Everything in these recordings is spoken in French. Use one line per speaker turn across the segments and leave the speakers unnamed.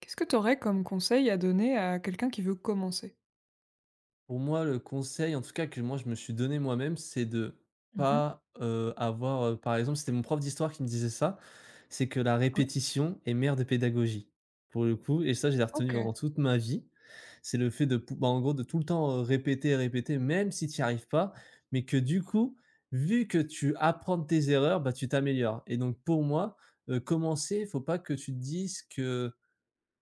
Qu'est-ce que tu aurais comme conseil à donner à quelqu'un qui veut commencer?
Pour moi, le conseil, en tout cas, que moi je me suis donné moi-même, c'est de
Mmh.
pas, avoir, par exemple, c'était mon prof d'histoire qui me disait ça, c'est que la
Ouais,
répétition est mère de pédagogie, pour le coup et ça, j'ai retenu
OK,
dans toute ma vie. C'est le fait de pou bah, en gros, de tout le temps, répéter, répéter, même si tu n'y arrives pas, mais que du coup, vu que tu apprends de tes erreurs, bah, tu t'améliores et donc pour moi, commencer, il faut pas que tu te dises que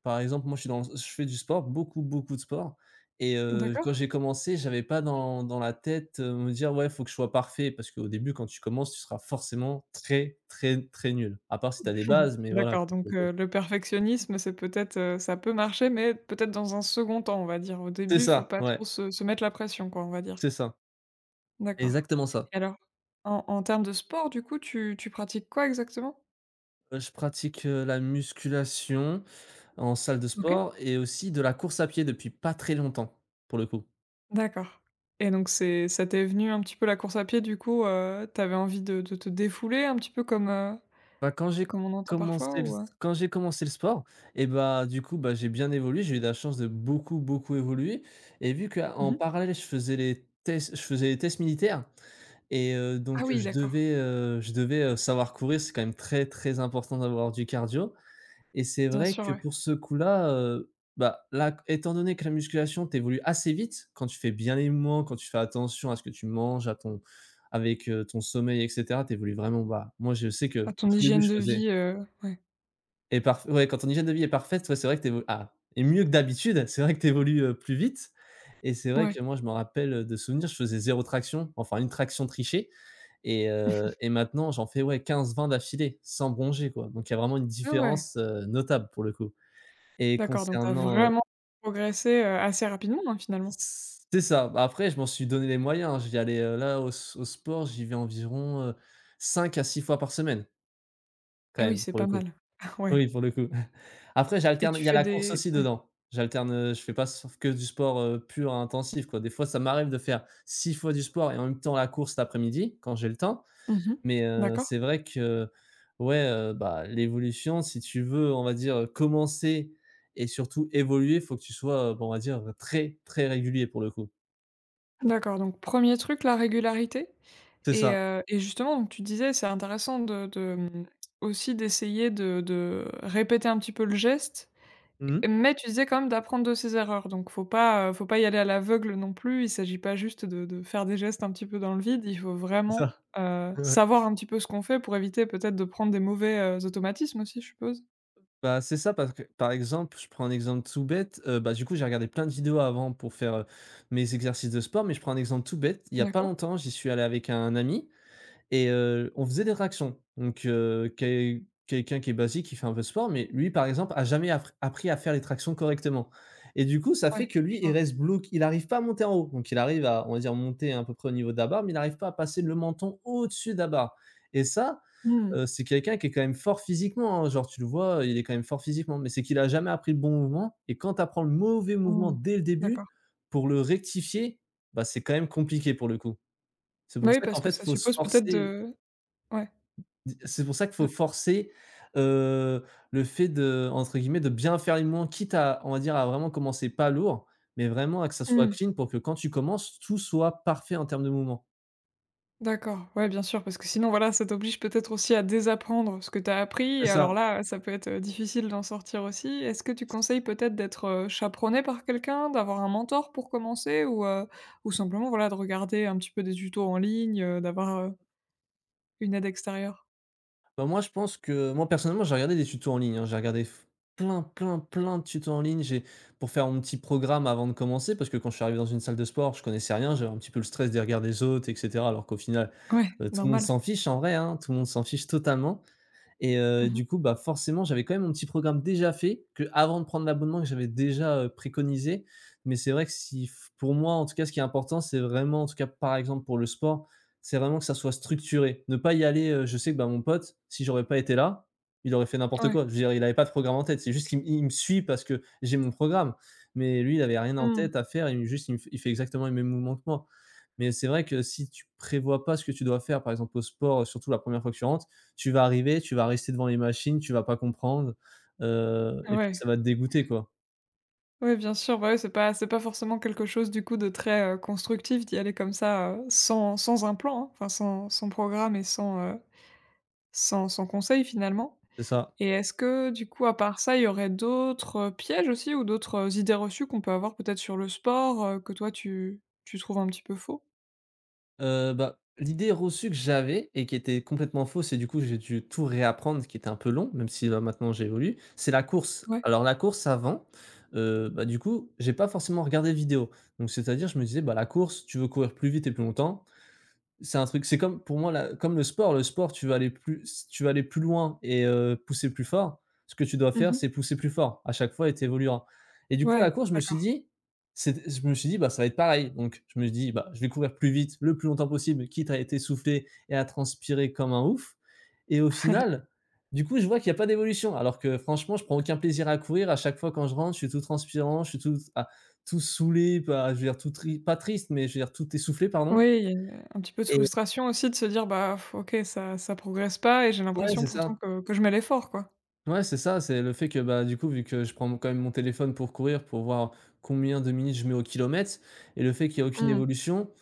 par exemple, moi, je suis dans je fais du sport, beaucoup, beaucoup de sport et
d'accord.
quand j'ai commencé, j'avais pas dans la tête, me dire: «Ouais, faut que je sois parfait» parce qu'au début, quand tu commences, tu seras forcément très, très, très nul. À part si tu as des
Mhm.
bases, mais voilà
D'accord,
quoi, quoi,
donc
quoi.
le perfectionnisme, c'est peut-être, ça peut marcher, mais peut-être dans un second temps, on va dire. Au
C'est
début, faut
ça,
pas
ouais,
trop se mettre la pression, quoi, on va dire.
c'est ça,
D'accord.
exactement ça.
Et alors, en termes de sport, du coup, tu pratiques quoi exactement?
Je pratique, la musculation en salle de
OK.
sport et aussi de la course à pied depuis pas très longtemps, pour le coup.
D'accord. Et donc c'est ça t'est venu un petit peu la course à pied, du coup, tu envie de te défouler un petit peu comme,
Bah,
comme on entend parfois ou, heu?
quand j'ai commencé le sport et bah, du coup, bah, j'ai bien évolué, j'ai eu la chance de beaucoup, beaucoup évoluer et vu qu'en
Mmh.
parallèle, je faisais les tests militaires et
Ah
donc
oui,
je
d'accord,
devais, heu, je devais, heu, savoir courir. C'est quand même très, très important d'avoir du cardio et c'est
bien
vrai
sûr,
que
ouais.
pour ce coup-là, bah, là, étant donné que la musculation, t'évolue assez vite quand tu fais bien les mouvements, quand tu fais attention à ce que tu manges, à ton avec, ton sommeil et cetera, tu vraiment, bas moi, je sais que
À
au
ton
tout début,
hygiène
je
de
faisais
vie, ouais.
et parf ouais, quand ton hygiène de vie est parfaite, ouais, c'est vrai que tu ah et mieux que d'habitude, c'est vrai que tu évolues, plus vite et c'est vrai
Ouais.
que moi, je me rappelle, de souvenirs, je faisais zéro traction, enfin une traction trichée et maintenant, j'en fais, ouais, 15-20 d'affilée, sans bronger, quoi. Donc il y a vraiment une
Ah ouais,
différence, notable pour le coup et
d'accord, donc tu as
concernant,
vraiment progressé, assez rapidement, hein, finalement?
c'est ça. Bah, après, je m'en suis donné les moyens, hein. J'y allais, là, au sport, j'y vais environ, 5 à 6 fois par semaine, quand
Ah oui,
même,
c'est
pour le
pas
coup.
mal. Ah ouais
Oui, pour le coup. Après,
et
j'alterne,
tu
il y a
fais
la course
des
aussi
ouais.
dedans. J'alterne, je fais pas sauf que du sport, pur intensif, quoi. Des fois, ça m'arrive de faire 6 fois du sport et en même temps la course l'après-midi, quand j'ai le temps.
Mmh mh.
Mais,
D'accord.
c'est vrai que, ouais, bah, l'évolution, si tu veux, on va dire, commencer et surtout évoluer, faut que tu sois, bah, on va dire, très, très régulier pour le coup.
D'accord, donc premier truc, la régularité
C'est
et
ça.
justement, donc tu disais, c'est intéressant de aussi d'essayer de répéter un petit peu le geste.
Mmh mh.
Mais tu disais quand même d'apprendre de ses erreurs, donc faut pas y aller à l'aveugle non plus. Il s'agit pas juste de faire des gestes un petit peu dans le vide. Il faut
C'est
vraiment,
ça. Ouais.
savoir un petit peu ce qu'on fait pour éviter peut-être de prendre des mauvais, automatismes aussi, je suppose?
Bah, c'est ça parce que, par exemple, je prends un exemple tout bête, bah, du coup, j'ai regardé plein de vidéos avant pour faire, mes exercices de sport, mais je prends un exemple tout bête. Il y a pas
D'accord?
longtemps, j'y suis allé avec un ami et on faisait des tractions. Donc quelqu'un qui est basique, qui fait un peu de sport, mais lui, par exemple, a jamais appris à faire les tractions correctement et du coup, ça fait
Ouais,
que lui,
je
il
vois.
reste bloqué, il n'arrive pas à monter en haut. Donc il arrive à, on va dire, monter à peu près au niveau de la barre, mais il n'arrive pas à passer le menton au-dessus de la barre et ça.
Mmh.
C'est quelqu'un qui est quand même fort physiquement, hein. Genre tu le vois, il est quand même fort physiquement, mais c'est qu'il a jamais appris le bon mouvement et quand tu apprends le mauvais mouvement
Mmh.
dès le début,
D'accord.
pour le rectifier, bah, c'est quand même compliqué pour le coup. C'est
Bah,
pour
oui,
ça qu'en
parce que
fait,
ça
faut se
suppose peut-être
forcer.
de ouais,
D C'est pour ça qu'il faut
de
forcer, heu, le fait de entre guillemets «de bien faire les mouvements», quitte à, on va dire, à vraiment commencer pas lourd, mais vraiment à que ça soit
mmh.
clean pour que quand tu commences, tout soit parfait en termes de mouvement.
D'accord, ouais, bien sûr, parce que sinon, voilà, ça t'oblige peut-être aussi à désapprendre ce que t'as appris
C'est
et
ça.
alors là, ça peut être, difficile d'en sortir aussi. Est-ce que tu conseilles peut-être d'être, chaperonné par quelqu'un, d'avoir un mentor pour commencer ou ou simplement, voilà, de regarder un petit peu des tutos en ligne, d'avoir, une aide extérieure?
Bah, moi, je pense que moi, personnellement, j'ai regardé des tutos en ligne, hein. J'ai regardé f plein, plein, plein de tutos en ligne. J'ai Pour faire mon petit programme avant de commencer, parce que quand je suis arrivé dans une salle de sport, je connaissais rien. J'avais un petit peu le stress des regards des autres et cetera, alors qu'au final,
Ouais,
tout le monde
normal.
s'en fiche en vrai, hein. Tout le monde s'en fiche totalement. Et
Mmh.
du coup, bah, forcément, j'avais quand même mon petit programme déjà fait, que avant de prendre l'abonnement que j'avais déjà, préconisé. Mais c'est vrai que si pour moi, en tout cas, ce qui est important, c'est vraiment en tout cas, par exemple, pour le sport, c'est vraiment que ça soit structuré. Ne pas y aller, je sais que, bah, mon pote, si j'aurais pas été là, il aurait fait n'importe
Ouais.
quoi. Je veux dire, il avait pas de programme en tête. C'est juste qu'il m il me suit parce que j'ai mon programme. Mais lui, il avait rien en
Mmh.
tête à faire. Il juste, il me f il fait exactement les mêmes mouvements que moi. Mais c'est vrai que si tu prévois pas ce que tu dois faire, par exemple, au sport, surtout la première fois que tu rentres, tu vas arriver, tu vas rester devant les machines, tu vas pas comprendre, et puis
Ouais.
ça va te dégoûter, quoi.
Ouais, bien sûr, bah, ouais, c'est pas forcément quelque chose, du coup, de très, constructif d'y aller comme ça, sans un plan, hein, enfin, sans programme et sans, sans conseil, finalement.
C'est ça.
Et est-ce que du coup, à part ça, il y aurait d'autres, pièges aussi ou d'autres, idées reçues qu'on peut avoir peut-être sur le sport, que toi tu trouves un petit peu faux?
Bah, l'idée reçue que j'avais et qui était complètement fausse et du coup, j'ai dû tout réapprendre, ce qui était un peu long, même si là, maintenant j'évolue, c'est la course.
Ouais.
Alors la course avant, bah, du coup, j'ai pas forcément regardé vidéo. Donc c'est-à-dire, je me disais: «Bah, la course, tu veux courir plus vite et plus longtemps, c'est un truc, c'est comme pour moi comme le sport. Le sport, tu vas aller plus loin et pousser plus fort. Ce que tu dois faire,
Mmh.
c'est pousser plus fort à chaque fois et t'évolueras. Et du coup, à la
Ouais,
course,
d'accord.
je me suis dit, bah ça va être pareil. Donc je me dis, bah je vais courir plus vite, le plus longtemps possible, quitte à être essoufflé et à transpirer comme un ouf. Et au final, du coup, je vois qu'il n'y a pas d'évolution. Alors que franchement, je prends aucun plaisir à courir. À chaque fois quand je rentre, je suis tout transpirant, je suis tout, ah, tout saoulé, pas, je veux dire tout pas triste, mais je veux dire tout essoufflé, pardon.
Oui, il y a une un petit peu de frustration aussi de se dire: «Bah, pff, OK, ça progresse pas et j'ai
Ouais,
l'impression
c'est
pourtant
ça.
que je mets l'effort, quoi».
Ouais, c'est ça, c'est le fait que, bah, du coup, vu que je prends quand même mon téléphone pour courir, pour voir combien de minutes je mets au kilomètre et le fait qu'il y a aucune
Mmh.
évolution,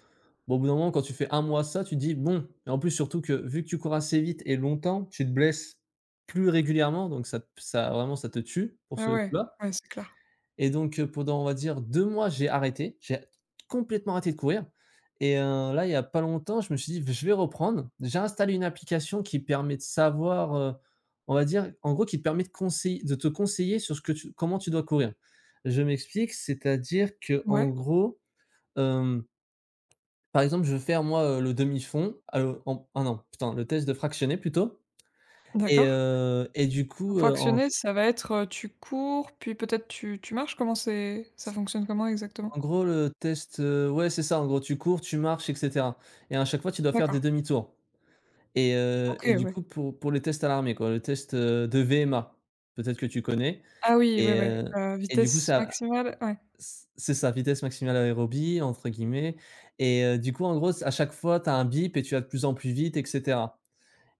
bon, au bout d'un moment, quand tu fais un mois ça, tu te dis: «Bon» et en plus, surtout que vu que tu cours assez vite et longtemps, tu te blesses plus régulièrement donc ça vraiment, ça te tue pour
Ah
ce
ouais,
coup-là.
ouais, c'est clair.
Et donc, pendant, on va dire 2 mois, j'ai arrêté. J'ai complètement arrêté de courir et là, il y a pas longtemps, je me suis dit: je vais reprendre». J'ai installé une application qui permet de savoir, on va dire, en gros, qui te permet de te conseiller sur ce que tu comment tu dois courir. Je m'explique, c'est-à-dire que en
Ouais,
gros, hem, par exemple, je veux faire moi, le demi-fond, en ah non, putain, le test de fractionné plutôt et
d'accord.
heu et du
Donc
coup,
fractionner, ça va être, tu cours, puis peut-être tu marches? Comment c'est ça fonctionne comment exactement?
En gros, le test, ouais, c'est ça. En gros, tu cours, tu marches et cetera et à chaque fois, tu dois faire
D'accord.
des demi-tours et heu
OK,
et du
ouais.
coup, pour les tests à l'armée, quoi, le test, de VMA, peut-être que tu connais
Ah oui, ouais,
et
ouais,
heu et du coup,
vitesse
ça
maximale, ouais.
c'est ça, vitesse maximale aérobie, entre guillemets et du coup, en gros, c à chaque fois, tu as un bip et tu vas de plus en plus vite et cetera.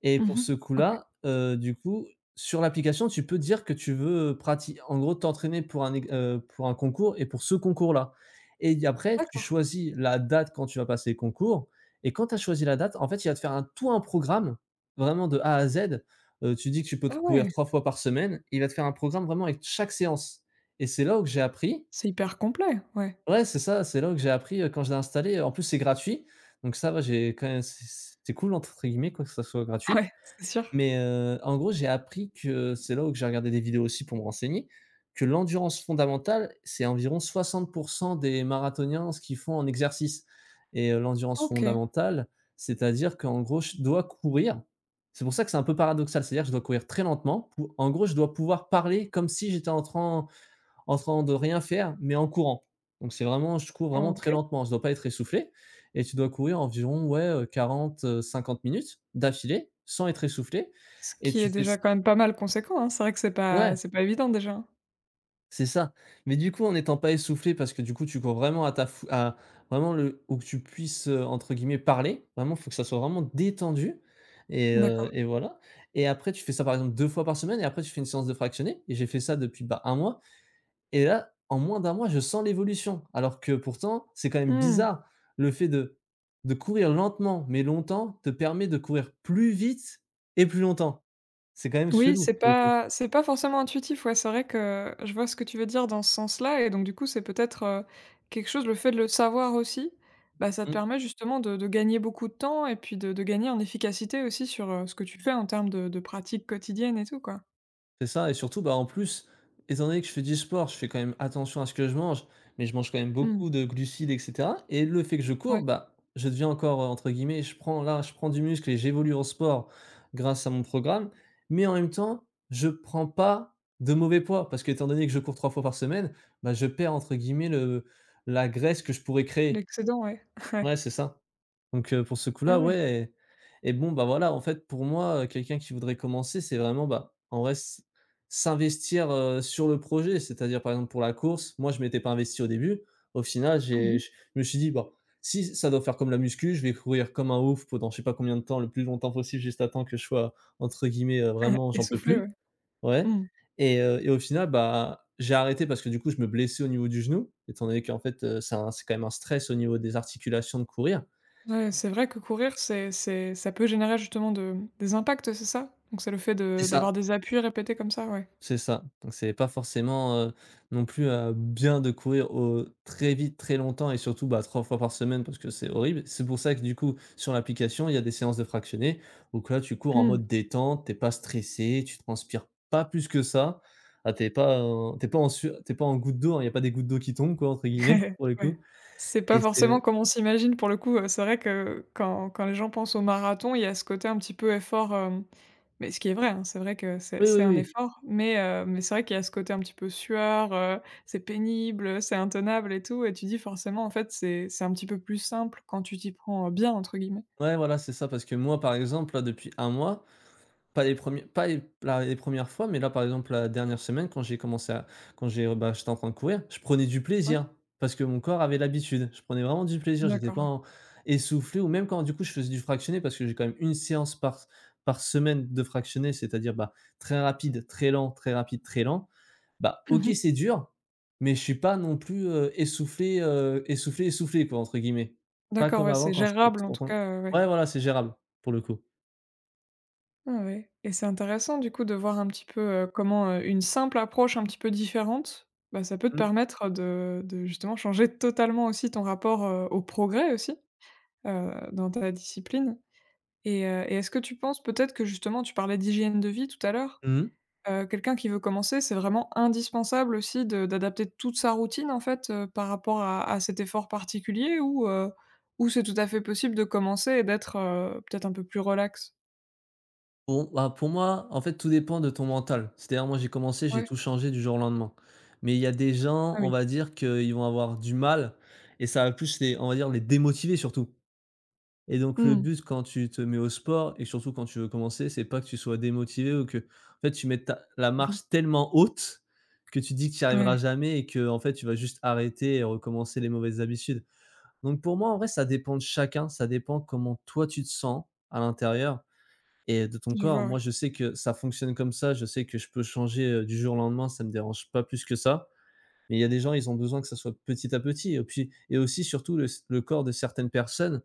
Et
Mmh
pour
mh.
ce
OK.
coup-là, du coup, sur l'application, tu peux dire que tu veux pratiquer, en gros, t'entraîner pour un concours et pour ce concours-là. Et y après, tu
D'accord.
choisis la date quand tu vas passer le concours et quand tu as choisi la date, en fait, il va te faire un tout un programme, vraiment de A à Z. Tu dis que tu peux te
Ah
courir
ouais,
3 fois par semaine, il va te faire un programme vraiment avec chaque séance et c'est là où que j'ai appris.
c'est hyper complet, ouais.
Ouais, c'est ça, c'est là que j'ai appris, quand je l'ai installé, en plus, c'est gratuit, donc ça va, j'ai quand même c'est cool entre guillemets, quoi, que ça soit gratuit.
Ouais, c'est sûr.
Mais, en gros, j'ai appris que c'est là où que j'ai regardé des vidéos aussi pour me renseigner, que l'endurance fondamentale, c'est environ 60 des marathoniens ce qu'ils font en exercice et l'endurance
OK,
fondamentale, c'est-à-dire qu'en gros, je dois courir. C'est pour ça que c'est un peu paradoxal, c'est-à-dire que je dois courir très lentement pou en gros, je dois pouvoir parler comme si j'étais en train de rien faire, mais en courant. Donc c'est vraiment je cours vraiment très
OK.
lentement, je dois pas être essoufflé et tu dois courir environ, ouais, 40, 50 minutes d'affilée, sans être essoufflé
Ce
et
qui
tu
est
fais
déjà quand même pas mal conséquent, hein. C'est vrai que
ouais,
c'est pas évident déjà, hein.
c'est ça. Mais du coup, en n'étant pas essoufflé parce que du coup, tu cours vraiment à ta fou à vraiment le où que tu puisses, entre guillemets «parler», vraiment, il faut que ça soit vraiment détendu et heu
D'accord.
et voilà et après tu fais ça, par exemple, 2 fois par semaine et après tu fais une séance de fractionné et j'ai fait ça depuis, bah, un mois. Et là, en moins d'un mois, je sens l'évolution. Alors que pourtant, c'est quand même
Mmh.
bizarre. Le fait de courir lentement, mais longtemps, te permet de courir plus vite et plus longtemps. C'est quand même
Oui,
chelou, pour le coup.
c'est pas forcément intuitif, ouais. C'est vrai que je vois ce que tu veux dire dans ce sens-là et donc du coup, c'est peut-être, quelque chose le fait de le savoir aussi, bah, ça te
Mmh.
permet justement de gagner beaucoup de temps et puis de gagner en efficacité aussi sur, ce que tu fais en termes de pratiques quotidiennes et tout, quoi.
C'est ça et surtout, bah, en plus, étant donné que je fais du sport, je fais quand même attention à ce que je mange, mais je mange quand même
Mmh.
beaucoup de glucides et cetera et le fait que je cours,
Ouais,
bah, je deviens encore, entre guillemets, je prends là, je prends du muscle et j'évolue en sport grâce à mon programme, mais en même temps, je prends pas de mauvais poids parce qu'étant donné que je cours 3 fois par semaine, bah, je perds entre guillemets le la graisse que je pourrais créer.
l'excédent, ouais. Ouais.
Ouais, c'est ça. Donc pour ce
Ah
coup-là,
ouais.
ouais et bon, bah, voilà, en fait, pour moi, quelqu'un qui voudrait commencer, c'est vraiment, bah, en vrai, s'investir, sur le projet. C'est-à-dire, par exemple, pour la course, moi, je m'étais pas investi au début. Au final, j'ai
Mmh.
j je me suis dit: «Bon, si ça doit faire comme la muscu, je vais courir comme un ouf pendant je sais pas combien de temps, le plus longtemps possible, juste à temps que je sois, entre guillemets, vraiment j'en peux
Essoufflé,
plus».
ouais.
Ouais
Mmh.
et au final, bah, j'ai arrêté parce que du coup, je me blessais au niveau du genou, étant donné qu'en fait, c'est quand même un stress au niveau des articulations de courir.
Ouais, c'est vrai que courir, c'est ça peut générer justement de des impacts, c'est ça? Donc c'est le fait
C'est
de
ça.
d'avoir des appuis répétés comme ça, ouais.
C'est ça. Donc c'est pas forcément, non plus, bien de courir au très vite, très longtemps et surtout, bah, 3 fois par semaine parce que c'est horrible. C'est pour ça que du coup, sur l'application, il y a des séances de fractionnés où que là, tu cours en
Mmh.
mode détente, t'es pas stressé, tu transpires pas plus que ça. Ah, tu pas en sueur tu pas en goutte d'eau, hein, il y a pas des «gouttes d'eau qui tombent» quoi, entre guillemets, pour le
Ouais.
coup
C'est
et
pas
c'est
forcément comme on s'imagine pour le coup, c'est vrai que quand les gens pensent au marathon, il y a ce côté un petit peu effort, hem, mais ce qui est vrai, hein, c'est vrai que
oui,
c'est
oui,
un
oui.
effort, mais c'est vrai qu'il y a ce côté un petit peu sueur, c'est pénible, c'est intenable et tout et tu dis forcément en fait c'est un petit peu plus simple quand tu t'y prends, «bien» entre guillemets.
Ouais, voilà, c'est ça parce que moi, par exemple, là, depuis un mois, Pas les premières fois, mais là, par exemple, la dernière semaine, quand j'ai commencé à quand j'ai bah, j'étais en train de courir, je prenais du
Ouais?
plaisir parce que mon corps avait l'habitude. Je prenais vraiment du plaisir, j'étais
D'accord,
pas
ouais.
en essoufflé ou même quand, du coup, je faisais du fractionné parce que j'ai quand même une séance par semaine de fractionné, c'est-à-dire, bah, très rapide, très lent, très rapide, très lent. Bah, OK,
Mmh.
c'est dur, mais je suis pas non plus, essoufflé, essoufflé, essoufflé quoi, entre guillemets. Pas
D'accord,
comme
ouais,
avant
c'est
quand je
gérable en tout cas, ouais.
ouais, voilà, c'est gérable pour le coup.
Ah ouais et c'est intéressant du coup de voir un petit peu, comment, une simple approche un petit peu différente, bah, ça peut te
Mmh.
permettre de justement changer totalement aussi ton rapport, au progrès aussi, dans ta discipline et est-ce que tu penses peut-être que justement tu parlais d'hygiène de vie tout à l'heure,
Mmh.
quelqu'un qui veut commencer, c'est vraiment indispensable aussi de d'adapter toute sa routine en fait, par rapport à cet effort particulier ou ou c'est tout à fait possible de commencer et d'être, peut-être un peu plus relax?
Pour bah, pour moi, en fait, tout dépend de ton mental. C'est-à-dire, moi, j'ai commencé, j'ai
Ouais,
tout changé du jour au lendemain. Mais il y a des gens,
ah
on
oui.
va dire qu'ils vont avoir du mal et ça va plus les on va dire les démotiver surtout. Et donc le
Mmh.
but quand tu te mets au sport et surtout quand tu veux commencer, c'est pas que tu sois démotivé ou que, en fait, tu mettes ta la marche tellement haute que tu dis que tu n'y arriveras
Ouais,
jamais et que, en fait, tu vas juste arrêter et recommencer les mauvaises habitudes. Donc pour moi, en vrai, ça dépend de chacun, ça dépend comment toi tu te sens à l'intérieur et de ton
je
corps.
vois,
Moi,
ouais.
je sais que ça fonctionne comme ça, je sais que je peux changer, du jour au lendemain, ça me dérange pas plus que ça. Mais il y a des gens, ils ont besoin que ça soit petit à petit et puis et aussi surtout le corps de certaines personnes,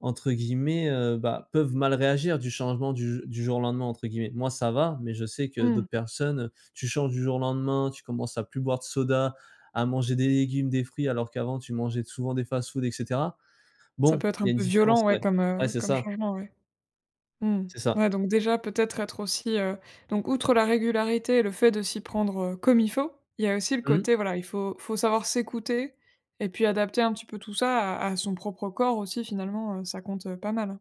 entre guillemets, bah, peuvent «mal réagir» du changement «du jour au lendemain» entre guillemets. Moi, ça va, mais je sais que
Mmh.
d'autres personnes, tu changes du jour au lendemain, tu commences à plus boire de soda, à manger des légumes, des fruits, alors qu'avant tu mangeais souvent des fast-food et cetera.
Ça
Bon,
peut être
il y
un
a une
peu
différence,
violent, ouais,
ouais.
comme,
Ouais, c'est
comme
ça,
changement, ouais. Mmh.
c'est ça.
Ouais, donc déjà, peut-être être aussi, heu, donc outre la régularité et le fait de s'y prendre, comme il faut, il y a aussi le
Mmh.
côté, voilà, il faut savoir s'écouter et puis adapter un petit peu tout ça à son propre corps aussi finalement, ça compte, pas mal, hein.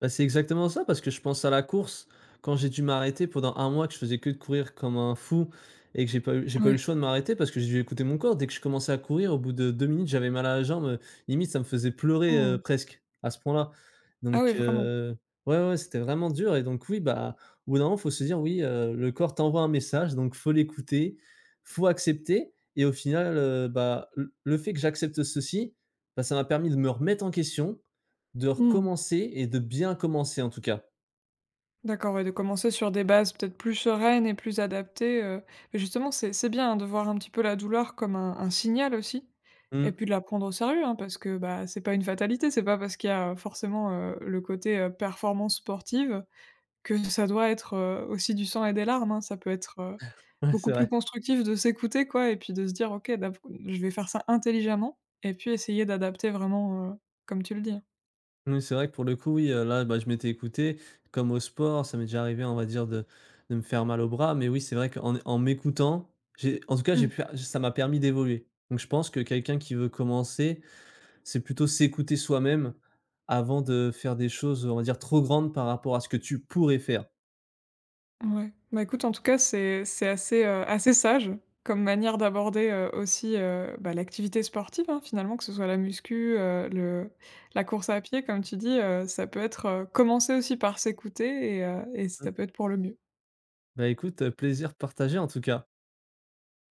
Bah, c'est exactement ça, parce que je pense à la course. Quand j'ai dû m'arrêter pendant un mois, que je faisais que de courir comme un fou et que j'ai pas eu le
Ouais.
choix de m'arrêter parce que j'ai dû écouter mon corps. Dès que je commençais à courir, au bout de 2 minutes, j'avais mal à la jambe. Limite, ça me faisait pleurer
Mmh.
presque à ce point-là.
Ah
Donc,
oui, vraiment.
ouais, ouais, c'était vraiment dur. Et donc, oui, bah, au bout d'un moment, faut se dire, oui, le corps t'envoie un message, donc faut l'écouter, faut accepter. Et au final, bah, le fait que j'accepte ceci, bah, ça m'a permis de me remettre en question de
Mmh.
recommencer et de bien commencer, en tout cas.
D'accord, ouais, de commencer sur des bases peut-être plus sereines et plus adaptées, mais justement c'est bien, hein, de voir un petit peu la douleur comme un signal aussi et
Mmh.
puis de la prendre au sérieux, hein, parce que, bah, c'est pas une fatalité, c'est pas parce qu'il y a forcément, le côté, performance sportive que ça doit être, aussi du sang et des larmes, hein. Ça peut être,
Ouais,
beaucoup
c'est
plus
vrai.
constructif de s'écouter, quoi et puis de se dire: «OK, d'av je vais faire ça intelligemment» et puis essayer d'adapter vraiment, comme tu le dis,
Oui, c'est vrai que pour le coup, oui, là, bah, je m'étais écouté. Comme au sport, ça m'est déjà arrivé, on va dire, de me faire mal au bras, mais oui, c'est vrai qu'en en m'écoutant, j'ai en tout cas, j'ai
hein.
pu ça m'a permis d'évoluer. Donc je pense que quelqu'un qui veut commencer, c'est plutôt s'écouter soi-même avant de faire des choses, on va dire, trop grandes par rapport à ce que tu pourrais faire.
Ouais. Bah, écoute, en tout cas, c'est assez, assez sage comme manière d'aborder, aussi, bah, l'activité sportive, hein, finalement, que ce soit la muscu, le la course à pied, comme tu dis, ça peut être, commencer aussi par s'écouter et ça
Mmh.
peut être pour le mieux.
Bah, écoute, plaisir partagé, en tout cas.